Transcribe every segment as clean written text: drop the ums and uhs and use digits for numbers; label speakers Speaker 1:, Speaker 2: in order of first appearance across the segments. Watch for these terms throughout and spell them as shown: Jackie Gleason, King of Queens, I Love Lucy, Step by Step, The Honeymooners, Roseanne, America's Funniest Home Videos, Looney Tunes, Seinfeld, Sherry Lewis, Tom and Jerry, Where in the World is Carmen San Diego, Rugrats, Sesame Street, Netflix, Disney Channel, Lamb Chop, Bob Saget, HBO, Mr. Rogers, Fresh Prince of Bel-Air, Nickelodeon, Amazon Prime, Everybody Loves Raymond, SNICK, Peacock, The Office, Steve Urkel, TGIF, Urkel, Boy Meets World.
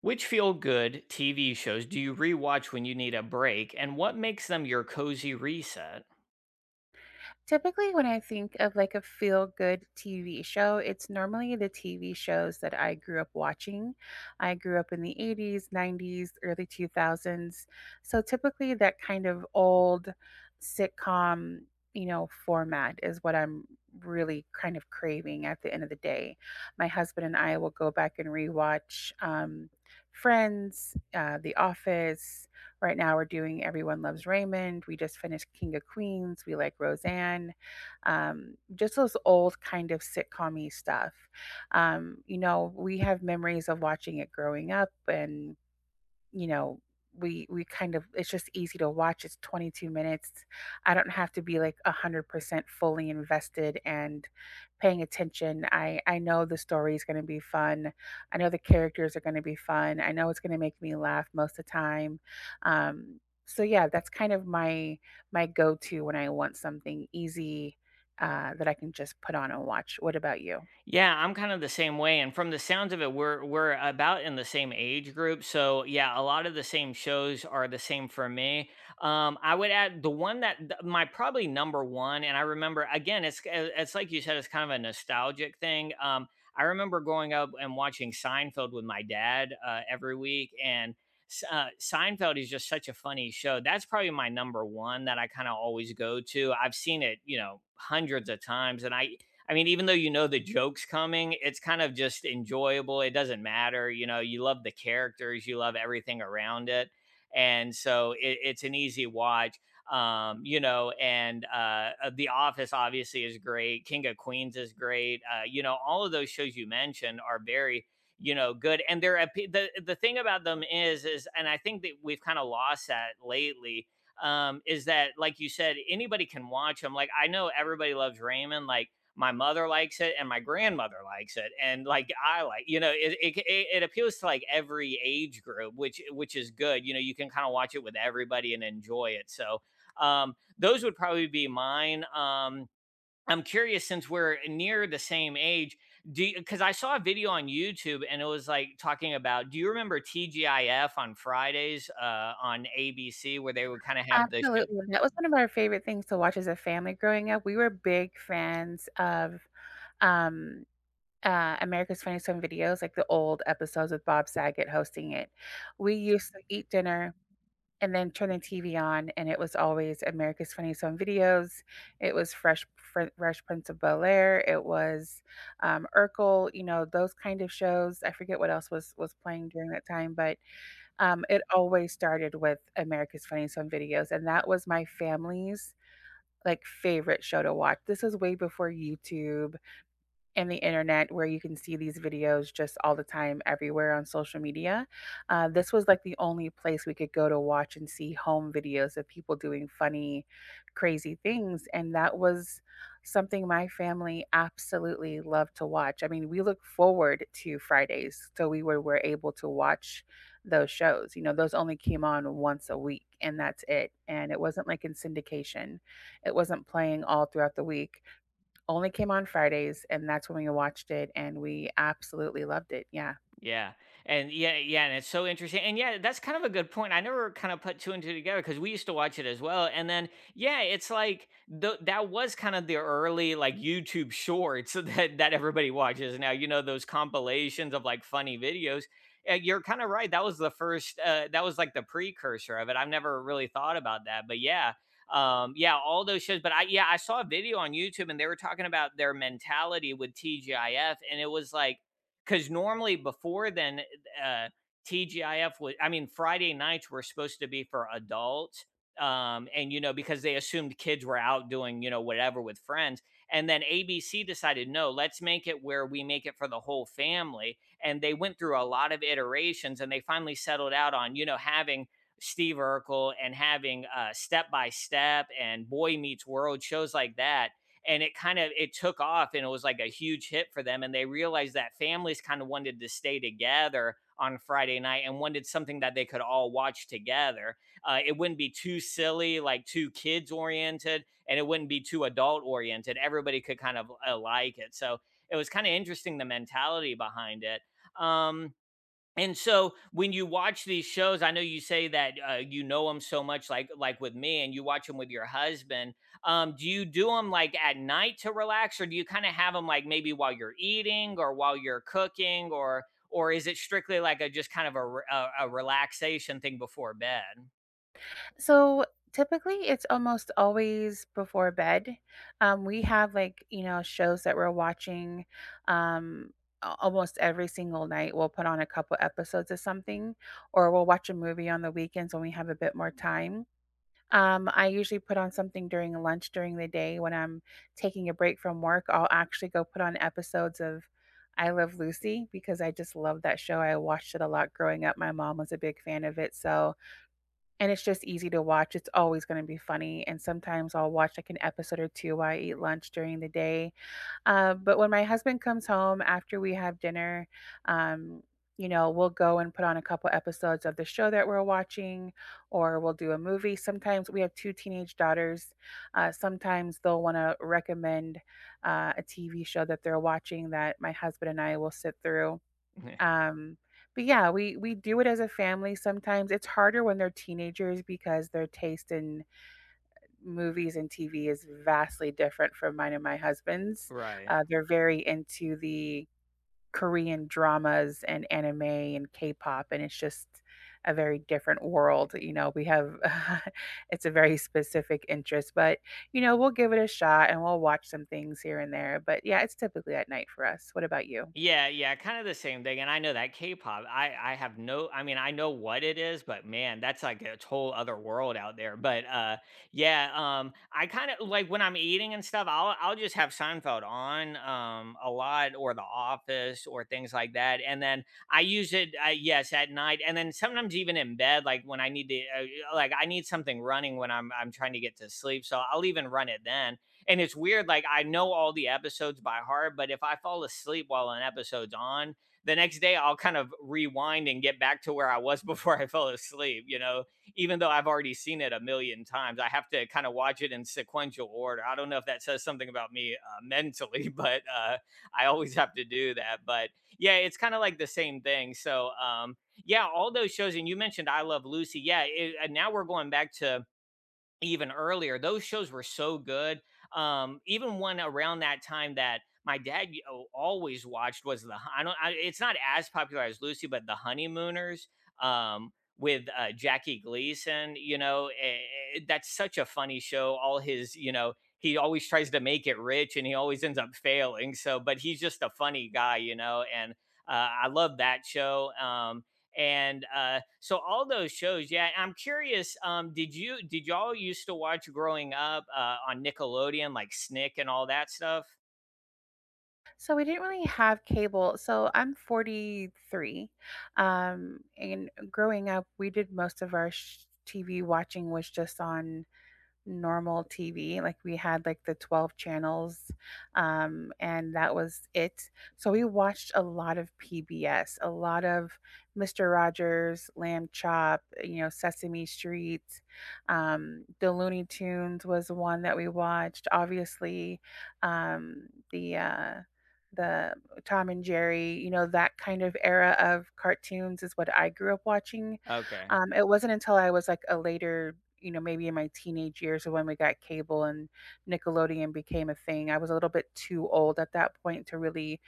Speaker 1: Which feel good TV shows do you rewatch when you need a break, and what makes them your cozy reset?
Speaker 2: Typically, when I think of like a feel good TV show, it's normally the TV shows that I grew up watching. I grew up in the 80s, 90s, early 2000s. So typically, that kind of old sitcom, format is what I'm really kind of craving at the end of the day. My husband and I will go back and rewatch Friends, The Office. Right now, we're doing Everyone Loves Raymond. We just finished King of Queens. We like Roseanne. Just those old kind of sitcom stuff. We have memories of watching it growing up, and you know, we kind of it's just easy to watch. It's 22 minutes. I don't have to be like 100% fully invested and paying attention. I know the story is going to be fun. I know the characters are going to be fun. I know it's going to make me laugh most of the time. Um so yeah, that's kind of my go-to when I want something easy that I can just put on and watch. What about you?
Speaker 1: Yeah, I'm kind of the same way, and from the sounds of it, we're about in the same age group. So yeah, a lot of the same shows are the same for me. I would add the one that my probably number one, and I remember again, it's like you said, it's kind of a nostalgic thing. I remember growing up and watching Seinfeld with my dad every week, and Seinfeld is just such a funny show. That's probably my number one that I kind of always go to. I've seen it, you know, hundreds of times, and I mean, even though you know the joke's coming, it's kind of just enjoyable. It doesn't matter. You know, you love the characters, you love everything around it. And so it's an easy watch. You know, and The Office obviously is great. King of Queens is great. You know, all of those shows you mentioned are very, you know, good. And the thing about them is, and I think that we've kind of lost that lately. Is that like you said, anybody can watch them. Like I know everybody loves Raymond. Like my mother likes it and my grandmother likes it and like I like you know it, it appeals to like every age group which is good you know you can kind of watch it with everybody and enjoy it so those would probably be mine. I'm curious since we're near the same age do because I saw a video on YouTube and it was like talking about do you remember TGIF on Fridays on ABC where they would kind of have the show.
Speaker 2: Absolutely, that was one of our favorite things to watch as a family growing up. We were big fans of, um, America's Funniest Home Videos, like the old episodes with Bob Saget hosting it. We used to eat dinner and then turn the TV on, and it was always America's Funniest Home Videos. It was Fresh Prince of Bel-Air, it was, Urkel, you know, those kind of shows. I forget what else was playing during that time, but it always started with America's Funniest Home Videos, and that was my family's, like, favorite show to watch. This was way before YouTube, and the internet where you can see these videos just all the time everywhere on social media. This was like the only place we could go to watch and see home videos of people doing funny, crazy things. And that was something my family absolutely loved to watch. I mean, we look forward to Fridays. So were able to watch those shows. You know, those only came on once a week and that's it. And it wasn't like in syndication, it wasn't playing all throughout the week, only came on Fridays, and that's when we watched it, and we absolutely loved it. Yeah.
Speaker 1: Yeah. And yeah, yeah, and it's so interesting. And yeah, that's kind of a good point. I never kind of put two and two together because we used to watch it as well. And then yeah, it's like that was kind of the early like YouTube shorts that everybody watches now. You know those compilations of like funny videos. You're kind of right. That was the first. That was like the precursor of it. I've never really thought about that, but yeah. Yeah, all those shows, but yeah, I saw a video on YouTube and they were talking about their mentality with TGIF, and it was like, because normally before then, uh, TGIF was, I mean, Friday nights were supposed to be for adults. And, you know, because they assumed kids were out doing, you know, whatever with friends. And then ABC decided, no, let's make it where we make it for the whole family. And they went through a lot of iterations and they finally settled out on, you know, having Steve Urkel and having Step by Step and Boy Meets World, shows like that, and it kind of it took off and it was like a huge hit for them and they realized that families kind of wanted to stay together on Friday night and wanted something that they could all watch together. It wouldn't be too silly, like too kids oriented, and it wouldn't be too adult oriented. Everybody could kind of like it. So it was kind of interesting the mentality behind it. Um, and so when you watch these shows, I know you say that you know them so much, like with me, and you watch them with your husband. Do you do them like at night to relax, or do you kind of have them like maybe while you're eating or while you're cooking, or is it strictly like a just kind of a re- a relaxation thing before bed?
Speaker 2: So typically, it's almost always before bed. We have like, you know, shows that we're watching, um, almost every single night. We'll put on a couple episodes of something, or we'll watch a movie on the weekends when we have a bit more time. I usually put on something during lunch during the day when I'm taking a break from work. I'll actually go put on episodes of I Love Lucy because I just love that show. I watched it a lot growing up. My mom was a big fan of it. So, and it's just easy to watch. It's always going to be funny. And sometimes I'll watch like an episode or two while I eat lunch during the day. But when my husband comes home after we have dinner, um, we'll go and put on a couple episodes of the show that we're watching, or we'll do a movie. Sometimes we have two teenage daughters. Sometimes they'll want to recommend a TV show that they're watching that my husband and I will sit through. Um, but yeah, we do it as a family. Sometimes it's harder when they're teenagers because their taste in movies and TV is vastly different from mine and my husband's.
Speaker 1: Right.
Speaker 2: They're very into the Korean dramas and anime and K-pop, and it's just a very different world. You know, we have it's a very specific interest, but you know, we'll give it a shot and we'll watch some things here and there. But yeah, it's typically at night for us. What about you?
Speaker 1: Yeah, yeah, kind of the same thing, and I know that K-pop, I have no I mean, I know what it is, but man, that's like a whole other world out there, but, yeah, I kinda like, when I'm eating and stuff, I'll just have Seinfeld on, a lot, or The Office or things like that, and then I use it, yes, at night, and then sometimes even in bed, like, when I need to, like, I need something running when I'm trying to get to sleep, so I'll even run it then, and it's weird like I know all the episodes by heart but if I fall asleep while an episode's on the next day I'll kind of rewind and get back to where I was before I fell asleep you know even though I've already seen it a million times I have to kind of watch it in sequential order I don't know if that says something about me mentally but I always have to do that but yeah it's kind of like the same thing so yeah all those shows. And you mentioned I Love Lucy. And now we're going back to even earlier. Those shows were so good. Even one around that time that my dad always watched was the I don't I, it's not as popular as Lucy, but the Honeymooners with Jackie Gleason. You know, that's such a funny show. All his you know he always tries to make it rich and he always ends up failing. So, but he's just a funny guy, you know, and. I love that show. And So all those shows. Yeah, I'm curious, did you did y'all used to watch growing up on Nickelodeon, like Snick and all that stuff?
Speaker 2: So we didn't really have cable. So I'm 43. And growing up, we did most of our TV watching was just on normal TV. Like we had like the 12 channels, and that was it. So we watched a lot of PBS, a lot of Mr. Rogers, Lamb Chop, you know, Sesame Street. The Looney Tunes was one that we watched. Obviously, um, the uh, the Tom and Jerry, you know, that kind of era of cartoons is what I grew up watching.
Speaker 1: Okay.
Speaker 2: It wasn't until I was like a later, you know, maybe in my teenage years of when we got cable and Nickelodeon became a thing, I was a little bit too old at that point to really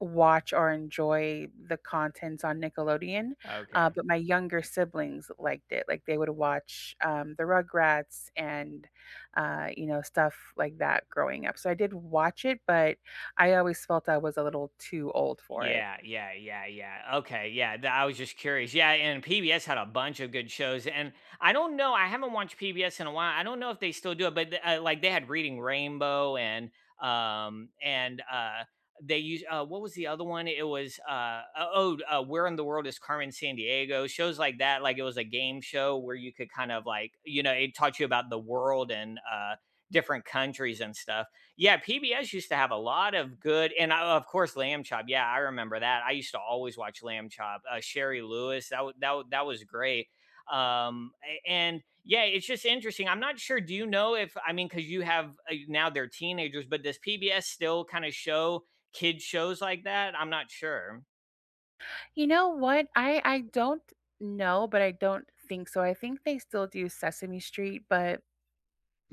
Speaker 2: watch or enjoy the contents on Nickelodeon.
Speaker 1: Okay.
Speaker 2: But my younger siblings liked it. Like they would watch the Rugrats and, you know, stuff like that growing up. So I did watch it, but I always felt I was a little too old for it.
Speaker 1: Yeah, yeah, yeah, yeah. Okay, yeah. I was just curious. Yeah, and PBS had a bunch of good shows, and I don't know. I haven't watched PBS in a while. I don't know if they still do it, but like they had Reading Rainbow and um and uh they use what was the other one? It was Where in the World is Carmen San Diego? Shows like that. Like it was a game show where you could kind of like you know it taught you about the world and different countries and stuff. Yeah, PBS used to have a lot of good, of course Lamb Chop. Yeah, I remember that. I used to always watch Lamb Chop. Sherry Lewis, that was great. And yeah, it's just interesting. I'm not sure. Do you know if I mean because you have now they're teenagers, but does PBS still kind of show kid shows like that? I'm not sure.
Speaker 2: You know what? I don't know, but I don't think so. I think they still do Sesame Street, but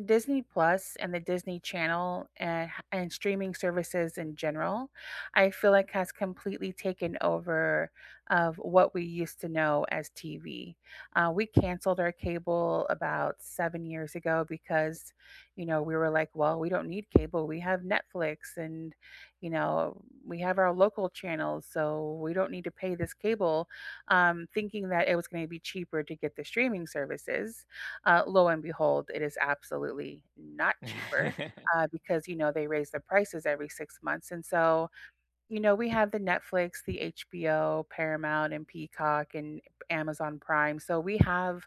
Speaker 2: Disney Plus and the Disney Channel and streaming services in general, I feel like has completely taken over of what we used to know as TV. We canceled our cable about 7 years ago because, you know, we were like, well, we don't need cable. We have Netflix and, you know, we have our local channels, so we don't need to pay this cable. Thinking that it was going to be cheaper to get the streaming services, lo and behold, it is absolutely not cheaper, because, you know, they raise the prices every 6 months, and so, you know, we have the Netflix, the HBO, Paramount, and Peacock, and Amazon Prime, so we have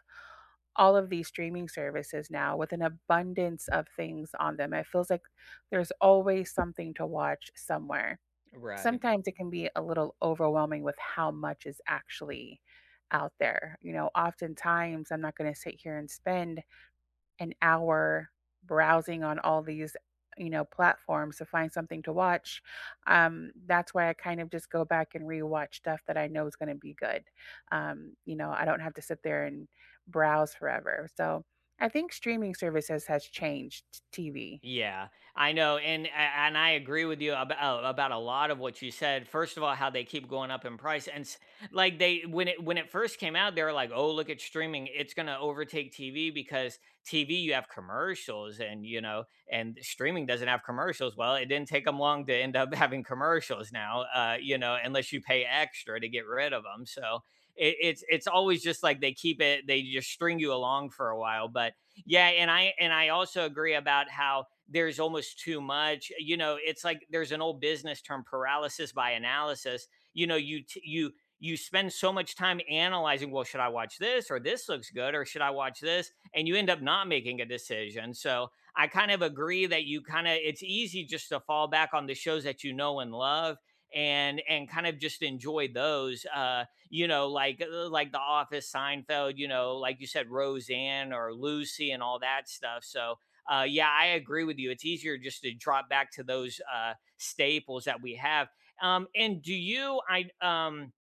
Speaker 2: all of these streaming services now with an abundance of things on them. It feels like there's always something to watch somewhere.
Speaker 1: Right.
Speaker 2: Sometimes it can be a little overwhelming with how much is actually out there. You know, oftentimes, I'm not gonna sit here and spend an hour browsing on all these, you know, platforms to find something to watch. That's why I kind of just go back and rewatch stuff that I know is going to be good. You know, I don't have to sit there and browse forever. So I think streaming services has changed TV.
Speaker 1: Yeah, I know, and I agree with you about a lot of what you said. First of all, how they keep going up in price, like they when it first came out, they were like, "Oh, look at streaming; it's going to overtake TV because TV you have commercials, and you know, and streaming doesn't have commercials." Well, it didn't take them long to end up having commercials now, you know, unless you pay extra to get rid of them. So it's always just like they keep it; they just string you along for a while, but yeah, and I also agree about how there's almost too much. You know, it's like there's an old business term, paralysis by analysis. You know, you t- you spend so much time analyzing, well, should I watch this or this looks good or should I watch this? And you end up not making a decision. So, I kind of agree that you kind of it's easy just to fall back on the shows that you know and love and kind of just enjoy those you know, like The Office, Seinfeld, you know, like you said, Roseanne or Lucy and all that stuff. So yeah, I agree with you. It's easier just to drop back to those staples that we have. And do you? I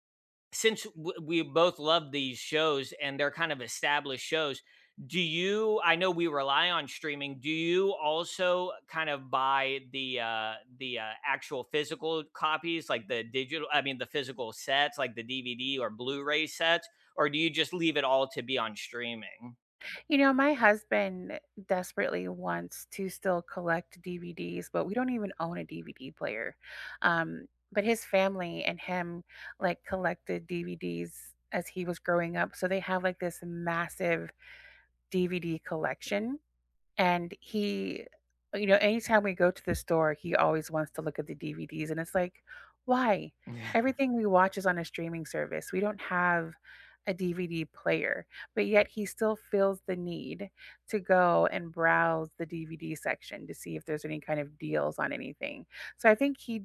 Speaker 1: Since we both love these shows and they're kind of established shows, do you, I know we rely on streaming, do you also kind of buy the actual physical copies, like the digital I mean the physical sets like the DVD or Blu-ray sets, or do you just leave it all to be on streaming?
Speaker 2: You know, my husband desperately wants to still collect DVDs, but we don't even own a DVD player. But his family and him like collected DVDs as he was growing up. So they have like this massive DVD collection. And he, anytime we go to the store, he always wants to look at the DVDs, and it's like, "Why? Everything we watch is on a streaming service. We don't have a DVD player." But yet he still feels the need to go and browse the DVD section to see if there's any kind of deals on anything. So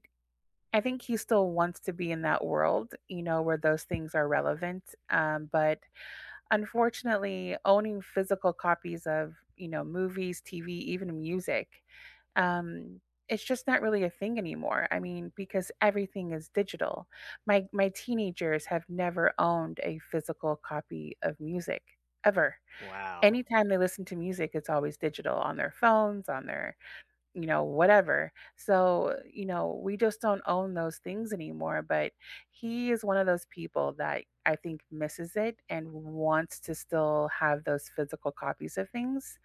Speaker 2: I think he still wants to be in that world, you know, where those things are relevant, but unfortunately, owning physical copies of, you know, movies, TV, even music, um, it's just not really a thing anymore. I mean, because everything is digital. My teenagers have never owned a physical copy of music ever.
Speaker 1: Wow.
Speaker 2: Anytime they listen to music, it's always digital on their phones, on their, you know, whatever. So, you know, we just don't own those things anymore. But he is one of those people that I think misses it and wants to still have those physical copies of things.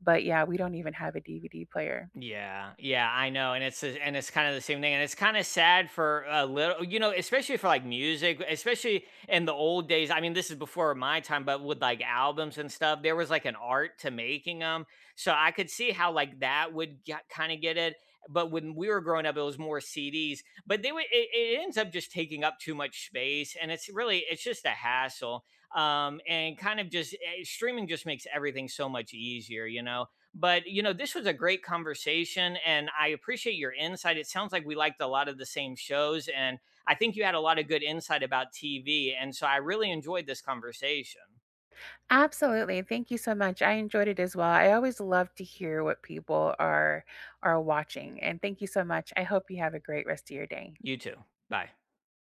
Speaker 2: But yeah, we don't even have a DVD player.
Speaker 1: Yeah, yeah, I know, and it's kind of the same thing, and it's kind of sad for a little, you know, especially for like music, especially in the old days. I mean, this is before my time, but with like albums and stuff, there was like an art to making them, so I could see how like that would kind of get it. But when we were growing up, it was more CDs, but they would it ends up just taking up too much space, and it's really it's just a hassle. And kind of just streaming just makes everything so much easier, you know. But, you know, this was a great conversation and I appreciate your insight. It sounds like we liked a lot of the same shows. And I think you had a lot of good insight about TV. And so I really enjoyed this conversation.
Speaker 2: Absolutely. Thank you so much. I enjoyed it as well. I always love to hear what people are watching. And thank you so much. I hope you have a great rest of your day.
Speaker 1: You too. Bye.